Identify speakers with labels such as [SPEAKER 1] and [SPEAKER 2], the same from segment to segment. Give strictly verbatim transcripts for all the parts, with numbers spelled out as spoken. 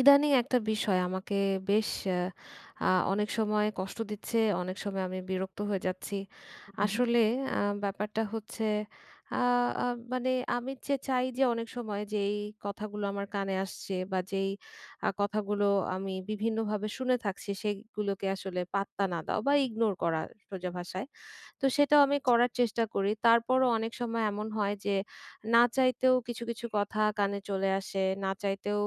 [SPEAKER 1] ইদানিং একটা বিষয় আমাকে বেশ আ আ অনেক সময় কষ্ট দিচ্ছে, অনেক সময় আমি বিরক্ত হয়ে যাচ্ছি।
[SPEAKER 2] হু,
[SPEAKER 1] আসলে আ ব্যাপারটা হচ্ছে আ আ মানে আমি যে চাই যে অনেক সময় যে এই কথাগুলো আমার কানে আসছে বা যেই আ কথাগুলো আমি বিভিন্নভাবে শুনে থাকছি সেগুলোকে আসলে পাত্তা না দেওয়া বা ইগনোর করা সোজা ভাষায়। তো সেটাও আমি করার চেষ্টা করি। তারপরও অনেক সময় এমন হয় যে না চাইতেও কিছু, কিছু কথা কানে চলে আসে। না চাইতেও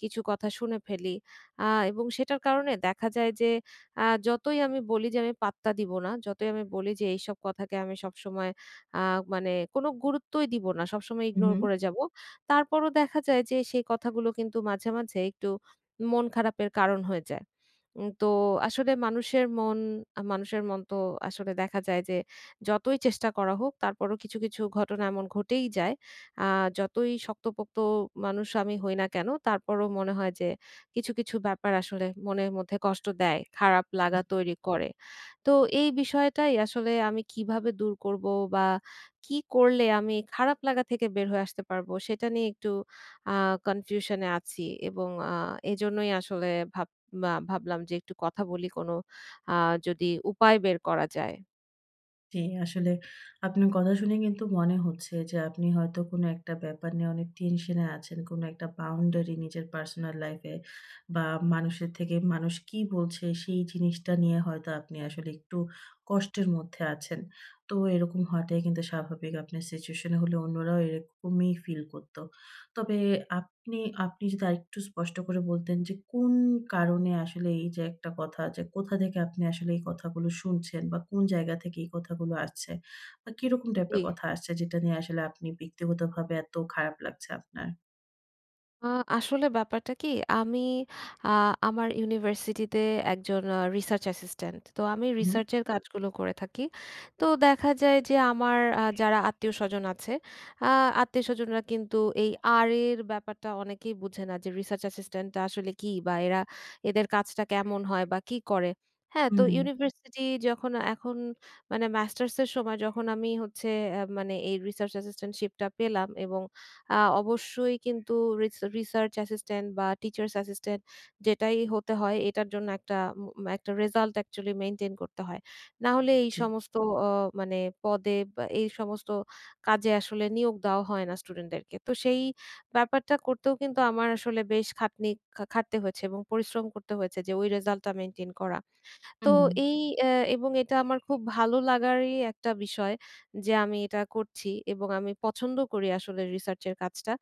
[SPEAKER 1] কিছু কথা শুনে ফেলি। আ এবং সেটার কারণে দেখা যায় যে আ যতই আমি বলি যে আমি পাত্তা দিব না, যতই আমি বলি যে এইসব কথাকে আমি সবসময় আ মানে কোনো গুরুত্বই দিব না। সবসময়
[SPEAKER 2] হুম,
[SPEAKER 1] ইগনোর
[SPEAKER 2] হুম।
[SPEAKER 1] করে যাবো। তারপরও দেখা যায় যে সেই কথাগুলো কিন্তু মাঝে, মাঝে একটু মন খারাপের কারণ হয়ে যায়। উম তো আসলে মানুষের মন আ মানুষের মন তো আসলে দেখা যায় যে যতই চেষ্টা করা হোক তারপরও কিছু, কিছু ঘটনা এমন ঘটেই যায়। আ যতই শক্তপোক্ত মানুষ আমি হই না কেন তারপরও মনে হয় যে কিছু, কিছু ব্যাপার আসলে মনের মধ্যে কষ্ট দেয়, খারাপ লাগা তৈরি করে। তো এই বিষয়টাই আসলে আমি কিভাবে দূর করব বা কি করলে আমি খারাপ লাগা থেকে বের হয়ে আসতে পারবো সেটা নিয়ে একটু আ কনফিউশন এ আছি এবং আ এজন্যই আসলে ভাব বা ভাবলাম যে একটু কথা বলি কোনো আ যদি উপায় বের করা যায়।
[SPEAKER 2] জি, আসলে আপনার কথা শুনে কিন্তু মনে হচ্ছে যে আপনি হয়তো কোনো একটা ব্যাপার নিয়ে অনেক টেনশনে আছেন। কোনো একটা বাউন্ডারি নিজের পার্সোনাল লাইফ এ বা মানুষের থেকে মানুষ কি বলছে সেই জিনিসটা নিয়ে হয়তো আপনি আসলে একটু কষ্টের মধ্যে আছেন। তো এরকম হওয়াটাই কিন্তু স্বাভাবিক। আপনার সিচুয়েশন এ হলে অন্যরাও এরকমই ফিল করত। তবে আপনি আপনি যদি আরেকটু স্পষ্ট করে বলতেন যে কোন কারণে আসলে এই যে একটা কথা যে কোথা থেকে আপনি আসলে এই কথাগুলো শুনছেন বা কোন জায়গা থেকে এই কথাগুলো আসছে বা কিরকম টাইপের
[SPEAKER 1] জি।
[SPEAKER 2] কথা আসছে যেটা নিয়ে আসলে আপনি ব্যক্তিগতভাবে এত খারাপ লাগছে আপনার?
[SPEAKER 1] আ আসলে ব্যাপারটা কি আমি আ আমার ইউনিভার্সিটিতে একজন আ রিসার্চ অ্যাসিস্ট্যান্ট। তো আমি
[SPEAKER 2] উহু,
[SPEAKER 1] রিসার্চের কাজগুলো করে থাকি। তো দেখা যায় যে আমার আ যারা আত্মীয়স্বজন আছে, আ আত্মীয়স্বজনরা কিন্তু এই আর এর ব্যাপারটা অনেকেই বুঝে না যে রিসার্চ অ্যাসিস্ট্যান্টটা আসলে কি বা এরা এদের কাজটা কেমন হয় বা কি করে। হ্যাঁ, তো
[SPEAKER 2] হুম,
[SPEAKER 1] ইউনিভার্সিটি যখন এখন মানে মাস্টার্স এর সময় যখন আমি হচ্ছে আ মানে এই রিসার্চ অ্যাসিস্ট্যান্টশিপটা পেলাম এবং আ অবশ্যই কিন্তু রিস রিসার্চ অ্যাসিস্ট্যান্ট বা টিচার্স অ্যাসিস্ট্যান্ট যেটাই হতে হয় এটার জন্য একটা উম একটা রেজাল্ট অ্যাকচুয়ালি মেইনটেইন করতে হয়। না হলে এই
[SPEAKER 2] জি।
[SPEAKER 1] সমস্ত অ মানে পদে বা এই সমস্ত কাজে আসলে নিয়োগ দেওয়া হয় না স্টুডেন্টদেরকে। তো সেই ব্যাপারটা করতেও কিন্তু আমার আসলে বেশ খাটনি খা খাটতে হয়েছে এবং পরিশ্রম করতে হয়েছে যে ওই রেজাল্টটা মেইনটেইন করা। তো
[SPEAKER 2] হুম,
[SPEAKER 1] এই অ্যা এবং এটা আমার খুব ভালো লাগারই একটা বিষয় যে আমি এটা করছি এবং আমি পছন্দ করি আসলে রিসার্চের কাজটা।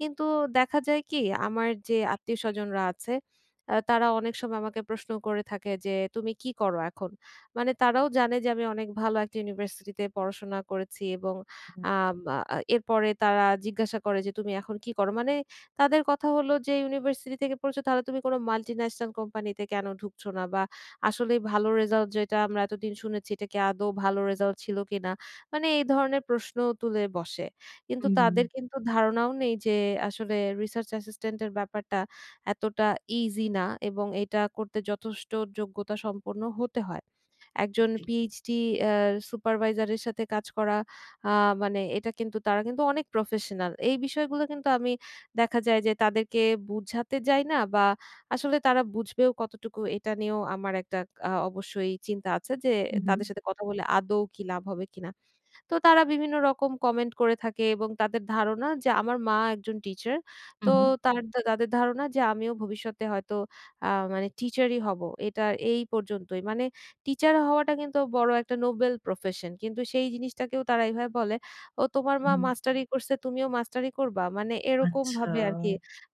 [SPEAKER 1] কিন্তু দেখা যায় কি আমার যে আত্মীয়স্বজনরা আছে আ তারা অনেক সময় আমাকে প্রশ্ন করে থাকে যে, "তুমি কি করো এখন?" মানে তারাও জানে যে আমি অনেক ভালো একটা ইউনিভার্সিটিতে পড়াশোনা করেছি এবং
[SPEAKER 2] হুম,
[SPEAKER 1] আম আ এরপরে তারা জিজ্ঞাসা করে যে, "তুমি এখন কি করো?" মানে তাদের কথা হলো যে, "ইউনিভার্সিটি থেকে পড়েছো তাহলে তুমি কোনো মাল্টিন্যাশনাল কোম্পানিতে কেন ঢুকছো না বা আসলে ভালো রেজাল্ট যেটা আমরা এতদিন শুনেছি এটা কি আদৌ ভালো রেজাল্ট ছিল কিনা? মানে এই ধরনের প্রশ্ন তুলে বসে। কিন্তু
[SPEAKER 2] হুম,
[SPEAKER 1] তাদের কিন্তু ধারণাও নেই যে আসলে রিসার্চ অ্যাসিস্ট্যান্ট এর ব্যাপারটা এতটা ইজি না এবং এটা করতে যথেষ্ট যোগ্যতা সম্পন্ন হতে হয়। একজন
[SPEAKER 2] জি।
[SPEAKER 1] পিএইচডি অ্যা সুপারভাইজারের সাথে কাজ করা আ মানে এটা কিন্তু তারা কিন্তু অনেক প্রফেশনাল। এই বিষয়গুলো কিন্তু আমি দেখা যায় যে তাদেরকে বুঝাতে যাই না বা আসলে তারা বুঝবেও কতটুকু এটা নিয়েও আমার একটা আ অবশ্যই চিন্তা আছে যে
[SPEAKER 2] উহু,
[SPEAKER 1] তাদের সাথে কথা বলে আদৌ কি লাভ হবে কিনা? তো তারা বিভিন্ন রকম কমেন্ট করে থাকে এবং তাদের ধারণা যে আমার মা একজন টিচার। তো
[SPEAKER 2] উহু,
[SPEAKER 1] তার হুম। তাদের ধারণা যে আমিও ভবিষ্যতে হয়তো আ মানে টিচারই হব। এটা এই পর্যন্তই। মানে টিচার হওয়াটা কিন্তু বড় একটা নোবেল প্রফেশন। কিন্তু সেই জিনিসটাকেও তারা এভাবে বলে, "ও তোমার মা
[SPEAKER 2] উহু।
[SPEAKER 1] মাস্টারি করছে, তুমিও মাস্টারি করবা?" মানে
[SPEAKER 2] আচ্ছা,
[SPEAKER 1] এরকমভাবে আরকি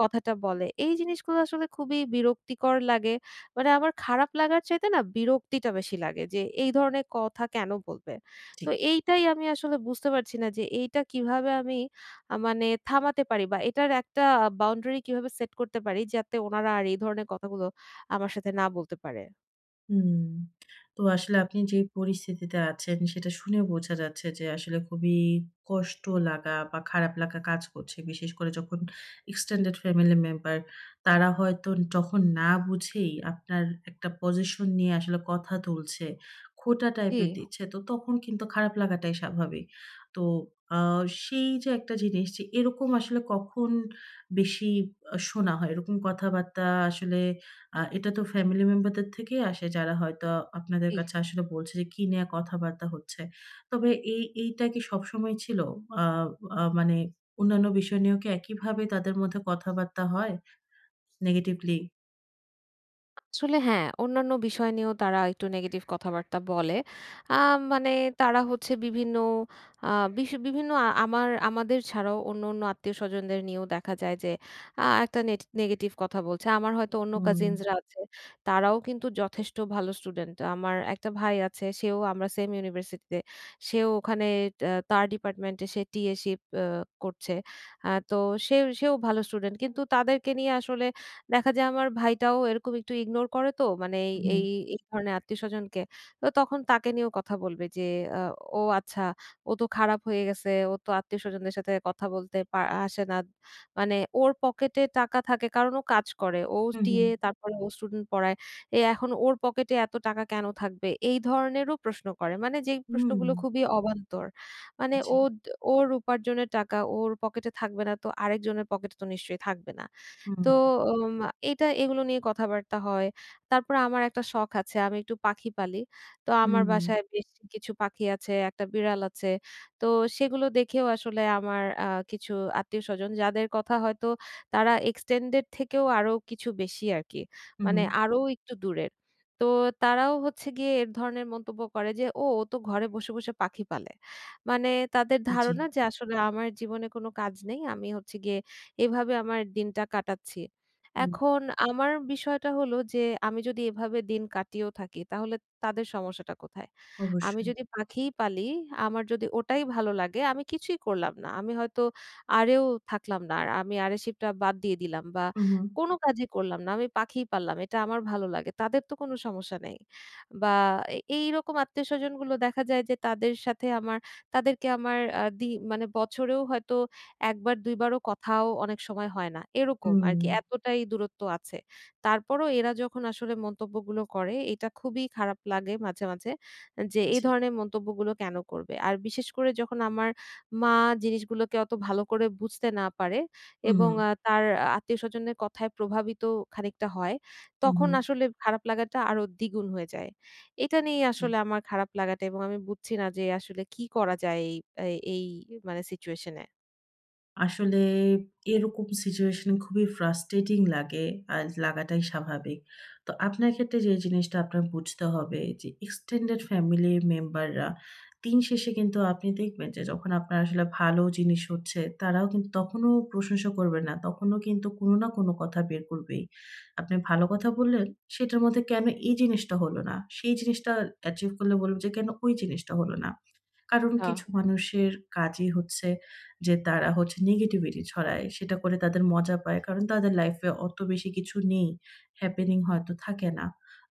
[SPEAKER 1] কথাটা বলে। এই জিনিসগুলো আসলে খুবই বিরক্তিকর লাগে। মানে আমার খারাপ লাগার চাইতে না বিরক্তিটা বেশি লাগে যে এই ধরনের কথা কেন বলবে?
[SPEAKER 2] জি।
[SPEAKER 1] তো এইটাই আমি আসলে বুঝতে পারছি না যে এইটা কিভাবে আমি আ মানে থামাতে পারি বা এটার একটা বাউন্ডারি কিভাবে সেট করতে পারি যাতে ওনারা আর এই ধরনের কথাগুলো আমার সাথে না বলতে পারে?
[SPEAKER 2] হুম। তো আসলে আপনি যে পরিস্থিতিতে আছেন সেটা শুনে বোঝা যাচ্ছে যে আসলে খুবই কষ্ট লাগা বা খারাপ লাগা কাজ করছে। বিশেষ করে যখন extended family member তারা হয়তো যখন না বুঝেই আপনার একটা পজিশন নিয়ে আসলে কথা তুলছে, খোঁটা
[SPEAKER 1] জি,
[SPEAKER 2] টাইপের দিচ্ছে। তো তখন কিন্তু খারাপ লাগাটাই স্বাভাবিক। তো আ সেই যে একটা জিনিস যে এরকম আসলে কখন বেশি আ শোনা হয়? এরকম কথাবার্তা আসলে আ এটা তো ফ্যামিলি মেম্বারদের থেকেই আসে যারা হয়তো আপনাদের
[SPEAKER 1] জি।
[SPEAKER 2] কাছে আসলে বলছে যে কি নিয়ে কথাবার্তা হচ্ছে। তবে এই এইটা কি সবসময় ছিল? আ আ মানে অন্যান্য বিষয় নিয়েও কি একইভাবে তাদের মধ্যে কথাবার্তা হয় নেগেটিভলি?
[SPEAKER 1] আসলে হ্যাঁ, অন্যান্য বিষয় নিয়েও তারা একটু নেগেটিভ কথাবার্তা বলে। আম মানে তারা হচ্ছে বিভিন্ন আ বিশ বিভিন্ন আ আমার আমাদের ছাড়াও অন্য, অন্য আত্মীয়স্বজনদের নিয়েও দেখা যায় যে আ একটা নেট নেগেটিভ কথা বলছে। আমার হয়তো অন্য
[SPEAKER 2] হুম,
[SPEAKER 1] কাজিনস রা আছে, তারাও কিন্তু যথেষ্ট ভালো স্টুডেন্ট। আমার একটা ভাই আছে, সেও আমরা সেম ইউনিভার্সিটিতে। সেও ওখানে টা তার ডিপার্টমেন্টে সে টিএশিপ আ করছে। আ তো সে সেও ভালো স্টুডেন্ট। কিন্তু তাদেরকে নিয়ে আসলে দেখা যায় আমার ভাইটাও এরকম একটু ইগনোর করে তো মানে এই
[SPEAKER 2] হুম,
[SPEAKER 1] এই এই ধরনের আত্মীয়স্বজনকে। তো তখন তাকে নিয়েও কথা বলবে যে আ "ও আচ্ছা, ও তো খারাপ হয়ে গেছে। ও তো আত্মীয়স্বজনদের সাথে কথা বলতে পা আসে না।" মানে ওর পকেটে টাকা থাকে কারণ ও কাজ করে। ও
[SPEAKER 2] হুম, হুম,
[SPEAKER 1] দিয়ে তারপরে ও স্টুডেন্ট পড়ায়। এ এখন ওর পকেটে এত টাকা কেন থাকবে? এই ধরনেরও প্রশ্ন করে। মানে যেই
[SPEAKER 2] হুম,
[SPEAKER 1] প্রশ্নগুলো খুবই অবান্তর। মানে
[SPEAKER 2] জি,
[SPEAKER 1] ও দ- ওর উপার্জনের টাকা ওর পকেটে থাকবে না তো আরেকজনের পকেটে তো নিশ্চয়ই থাকবে না। তো
[SPEAKER 2] হুম,
[SPEAKER 1] উম এটা এগুলো নিয়ে কথাবার্তা হয়। তারপরে আমার একটা শখ আছে, আমি একটু পাখি পালি। তো আমার
[SPEAKER 2] হুম,
[SPEAKER 1] বাসায় বেশ কিছু পাখি আছে, একটা বিড়াল আছে। তো সেগুলো দেখেও আসলে আমার আ কিছু আত্মীয়স্বজন যাদের কথা হয়তো তারা এক্সটেন্ডেড থেকেও আরো কিছু বেশি আরকি।
[SPEAKER 2] হুম,
[SPEAKER 1] মানে আরো একটু দূরের। তো তারাও হচ্ছে গিয়ে এর ধরনের মন্তব্য করে যে, "ও, ও তো ঘরে বসে, বসে পাখি পালে।" মানে তাদের
[SPEAKER 2] জি,
[SPEAKER 1] ধারণা যে আসলে আমার জীবনে কোনো কাজ নেই। আমি হচ্ছে গিয়ে এভাবে আমার দিনটা কাটাচ্ছি।
[SPEAKER 2] হুম,
[SPEAKER 1] এখন আমার বিষয়টা হলো যে আমি যদি এভাবে দিন কাটিয়েও থাকি তাহলে তাদের সমস্যাটা কোথায়? আমি
[SPEAKER 2] অবশ্যই।
[SPEAKER 1] যদি পাখিই পালি, আমার যদি ওটাই ভালো লাগে আমি কিছুই করলাম না। আমি হয়তো আড়েও থাকলাম না। আর আমি আড়ে শিপটা বাদ দিয়ে দিলাম বা
[SPEAKER 2] হুম,
[SPEAKER 1] কোনো কাজই করলাম না। আমি পাখিই পাললাম। এটা আমার ভালো লাগে। তাদের তো কোনো সমস্যা নেই। বা এ এইরকম আত্মীয়স্বজনগুলো দেখা যায় যে তাদের সাথে আমার তাদেরকে আমার আ দি মানে বছরেও হয়তো একবার দুইবারও কথাও অনেক সময় হয় না। এরকম
[SPEAKER 2] হুম,
[SPEAKER 1] আরকি এতটাই দূরত্ব আছে। তারপরও এরা যখন আসলে মন্তব্যগুলো করে এটা খুবই খারাপ লাগে মাঝে, মাঝে যে এই
[SPEAKER 2] জি,
[SPEAKER 1] ধরনের মন্তব্যগুলো কেন করবে? আর বিশেষ করে যখন আমার মা জিনিসগুলোকে অত ভালো করে বুঝতে না পারে
[SPEAKER 2] হুম,
[SPEAKER 1] এবং আ তার আত্মীয়স্বজনের কথায় প্রভাবিত খানিকটা হয়, তখন
[SPEAKER 2] হুম,
[SPEAKER 1] আসলে খারাপ লাগাটা আরো দ্বিগুণ হয়ে যায়। এটা নিয়ে
[SPEAKER 2] জি।
[SPEAKER 1] আসলে আমার খারাপ লাগাটা এবং আমি বুঝছি না যে আসলে কি করা যায় এই এই এই মানে সিচুয়েশন এ?
[SPEAKER 2] আসলে এরকম সিচুয়েশন খুবই ফ্রাস্ট্রেটিং লাগে, আর লাগাটাই স্বাভাবিক। তো আপনার ক্ষেত্রে যে জিনিসটা আপনার বুঝতে হবে যে এক্সটেন্ডেড ফ্যামিলি মেম্বাররা দিন শেষে কিন্তু আপনি দেখবেন যে যখন আপনার আসলে ভালো জিনিস হচ্ছে তারাও কিন্তু তখনও প্রশংসা করবে না। তখনও কিন্তু কোনো না কোনো কথা বের করবেই। আপনি ভালো কথা বললেন, সেটার মধ্যে কেন এই জিনিসটা হলো না? সেই জিনিসটা অ্যাচিভ করলে বলবে যে কেন ওই জিনিসটা হলো না? কারণ
[SPEAKER 1] আ
[SPEAKER 2] কিছু মানুষের কাজই হচ্ছে যে তারা হচ্ছে নেগেটিভিটি ছড়ায়। সেটা করে তাদের মজা পায়। কারণ তাদের লাইফে অত বেশি কিছু নেই। হ্যাপেনিং হয়তো থাকে না।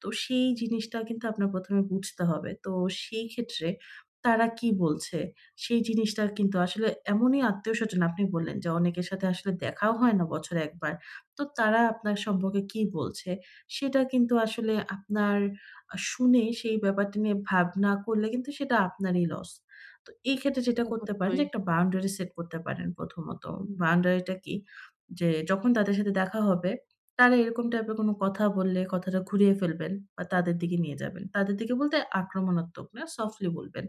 [SPEAKER 2] তো সেই জিনিসটা কিন্তু আপনার প্রথম এ বুঝতে হবে। তো সেই ক্ষেত্রে তারা কি বলছে? সেই জিনিসটা কিন্তু আসলে এমনই আত্মীয়স্বজন আপনি বললেন যে অনেকের সাথে আসলে দেখাও হয় না বছরে এক বার। তো তারা আপনার সম্পর্কে কি বলছে? সেটা কিন্তু আসলে আপনার আ শুনে সেই ব্যাপারটা নিয়ে ভাবনা করলে কিন্তু সেটা আপনারই লস। তো এই ক্ষেত্রে যেটা করতে পারেন যে
[SPEAKER 1] অবশ্যই।
[SPEAKER 2] একটা বাউন্ডারি সেট করতে পারেন প্রথমত। বাউন্ডারিটা কি? যে যখন তাদের সাথে দেখা হবে, তারা এরকম টাইপের কোনো কথা বললে কথাটা ঘুরিয়ে ফেলবেন বা তাদের দিকে নিয়ে যাবেন। তাদের দিকে বলতে আক্রমণাত্মক না, সফটলি বলবেন।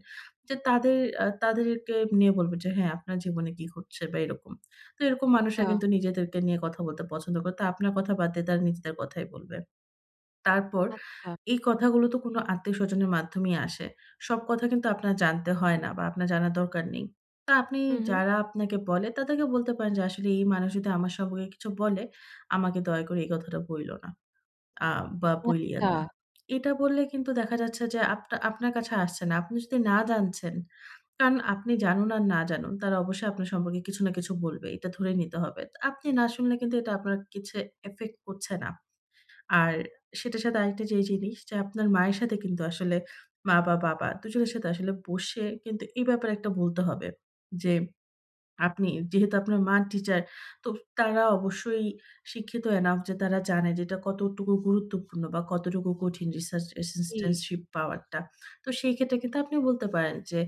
[SPEAKER 2] যে তাদের আ তাদেরকে নিয়ে বলবেন যে, "হ্যাঁ, আপনার জীবনে কি ঘটছে?" বা এরকম। তো এরকম মানুষরা
[SPEAKER 1] আচ্ছা,
[SPEAKER 2] কিন্তু নিজেদেরকে নিয়ে কথা বলতে পছন্দ করে। তো আপনার কথা বাদ দিয়ে তারা নিজেদের কথাই বলবে। তারপর
[SPEAKER 1] আচ্ছা।
[SPEAKER 2] এই কথাগুলো তো কোনো আত্মীয়স্বজনের মাধ্যমেই আসে। সব কথা কিন্তু আপনার জানতে হয় না বা আপনার জানার দরকার নেই। তো আপনি
[SPEAKER 1] হু, হু।
[SPEAKER 2] যারা আপনাকে বলে তাদেরকে বলতে পারেন যে, "আসলে এই মানুষ যদি আমার সম্পর্কে কিছু বলে, আমাকে দয়া করে এই কথাটা বইলো না আ বা বইলিয়েন
[SPEAKER 1] আচ্ছা,
[SPEAKER 2] না।" এটা বললে কিন্তু দেখা যাচ্ছে যে আপনা আপনার কাছে আসছে না। আপনি যদি না জানছেন, কারণ আপনি জানুন আর না জানুন, তারা অবশ্যই আপনার সম্পর্কে কিছু না কিছু বলবে। এটা ধরে নিতে হবে। তো আপনি না শুনলে কিন্তু এটা আপনার কিছু এফেক্ট করছে না। আর সেটার সাথে আরেকটা যে জিনিস যে আপনার মায়ের সাথে কিন্তু আসলে মা বা বাবা দুজনের সাথে আসলে বসে কিন্তু এই ব্যাপারে একটা বলতে হবে যে আপনি যেহেতু আপনার মা টিচার, তো তারা অবশ্যই শিক্ষিত এনাফ যে তারা জানে যে এটা কতটুকু গুরুত্বপূর্ণ বা কতটুকু কঠিন রিসার্চ
[SPEAKER 1] জি,
[SPEAKER 2] অ্যাসিস্ট্যান্টশিপ পাওয়াটা। তো সেই ক্ষেত্রে কিন্তু আপনি বলতে পারেন যে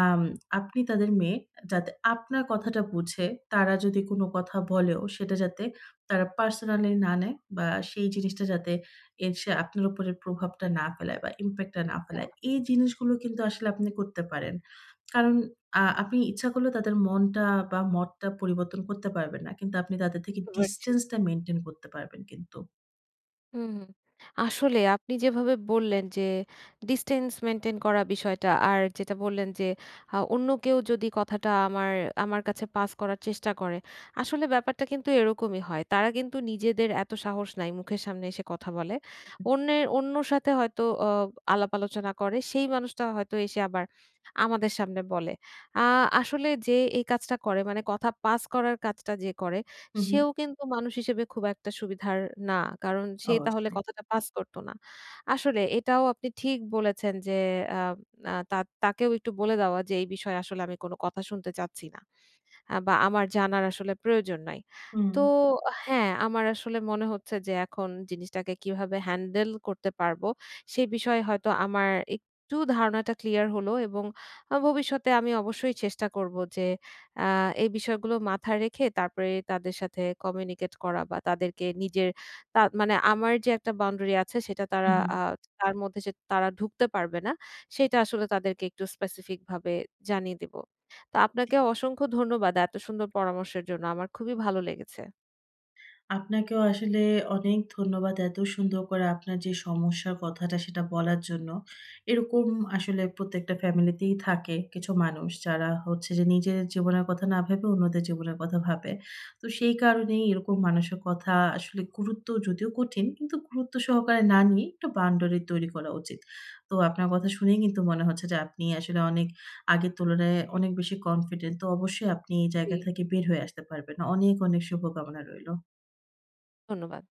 [SPEAKER 2] আম আপনি তাদের মেয়ে যাতে আপনার কথাটা বুঝে তারা যদি কোনো কথা বলেও সেটা যাতে তারা পার্সোনালি না নেয় বা সেই জিনিসটা যাতে এসে আপনার উপরে প্রভাবটা না ফেলায় বা ইমপ্যাক্টটা না ফেলায়। এই জিনিসগুলো কিন্তু আসলে আপনি করতে পারেন। কারণ আ আপনি ইচ্ছা করলেও তাদের মনটা বা মতটা পরিবর্তন করতে পারবেন না। কিন্তু আপনি তাদের থেকে
[SPEAKER 1] বুঝতে পারছি।
[SPEAKER 2] ডিসট্যান্সটা মেইনটেইন করতে পারবেন কিন্তু।
[SPEAKER 1] হুম, হুম। আসলে আপনি যেভাবে বললেন যে ডিসট্যান্স মেইনটেইন করা বিষয়টা আর যেটা বললেন যে আ অন্য কেউ যদি কথাটা আমার আমার কাছে পাস করার চেষ্টা করে, আসলে ব্যাপারটা কিন্তু এরকমই হয়। তারা কিন্তু নিজেদের এত সাহস নাই মুখের সামনে এসে কথা বলে।
[SPEAKER 2] হুম।
[SPEAKER 1] অন্যের অন্যর সাথে হয়তো অ আলাপ আলোচনা করে। সেই মানুষটা হয়তো এসে আবার আমাদের সামনে বলে। আ আসলে যে এই কাজটা করে মানে কথা পাস করার কাজটা যে করে
[SPEAKER 2] হু, হু।
[SPEAKER 1] সেও কিন্তু মানুষ হিসেবে খুব একটা সুবিধার না। কারণ সে তাহলে
[SPEAKER 2] অবশ্যই।
[SPEAKER 1] কথাটা পাস করত না। আসলে এটাও আপনি ঠিক বলেছেন যে আ আ তা তাকেও একটু বলে দেওয়া যে এই বিষয়ে আসলে আমি কোন কথা শুনতে চাচ্ছি না। আ বা আমার জানার আসলে প্রয়োজন নাই।
[SPEAKER 2] হুম,
[SPEAKER 1] তো হ্যাঁ, আমার আসলে মনে হচ্ছে যে এখন জিনিসটাকে কিভাবে হ্যান্ডেল করতে পারবো, সে বিষয়ে হয়তো আমার একটু ধারণাটা ক্লিয়ার হলো এবং আ ভবিষ্যতে আমি অবশ্যই চেষ্টা করব যে আ এই বিষয়গুলো মাথায় রেখে তারপরে তাদের সাথে কমিউনিকেট করা বা তাদেরকে নিজের তা মানে আমার যে একটা বাউন্ডারি আছে সেটা
[SPEAKER 2] হু,
[SPEAKER 1] তারা
[SPEAKER 2] হু।
[SPEAKER 1] আ তার মধ্যে যে তারা ঢুকতে পারবে না, সেটা আসলে তাদেরকে একটু স্পেসিফিক ভাবে জানিয়ে দিব। তো আপনাকে অসংখ্য ধন্যবাদ এত সুন্দর পরামর্শের জন্য। আমার খুবই ভালো লেগেছে।
[SPEAKER 2] আপনাকেও আসলে অনেক ধন্যবাদ এত সুন্দর করে আপনার যে সমস্যার কথাটা সেটা বলার জন্য। এরকম আসলে প্রত্যেকটা ফ্যামিলিতেই থাকে কিছু মানুষ যারা হচ্ছে যে নিজের জীবনের কথা না ভেবে অন্যদের জীবনের কথা ভাবে। তো সেই কারণেই এরকম মানুষের কথা আসলে গুরুত্ব যদিও কঠিন কিন্তু গুরুত্ব সহকারে না নিয়ে একটা বাউন্ডারি তৈরি করা উচিত। তো আপনার কথা শুনেই কিন্তু মনে হচ্ছে যে আপনি আসলে অনেক আগের তুলনায় অনেক বেশি কনফিডেন্ট। তো অবশ্যই আপনি এই
[SPEAKER 1] জি।
[SPEAKER 2] জায়গা থেকে বের হয়ে আসতে পারবেন। অনেক, অনেক শুভকামনা রইল।
[SPEAKER 1] ধন্যবাদ।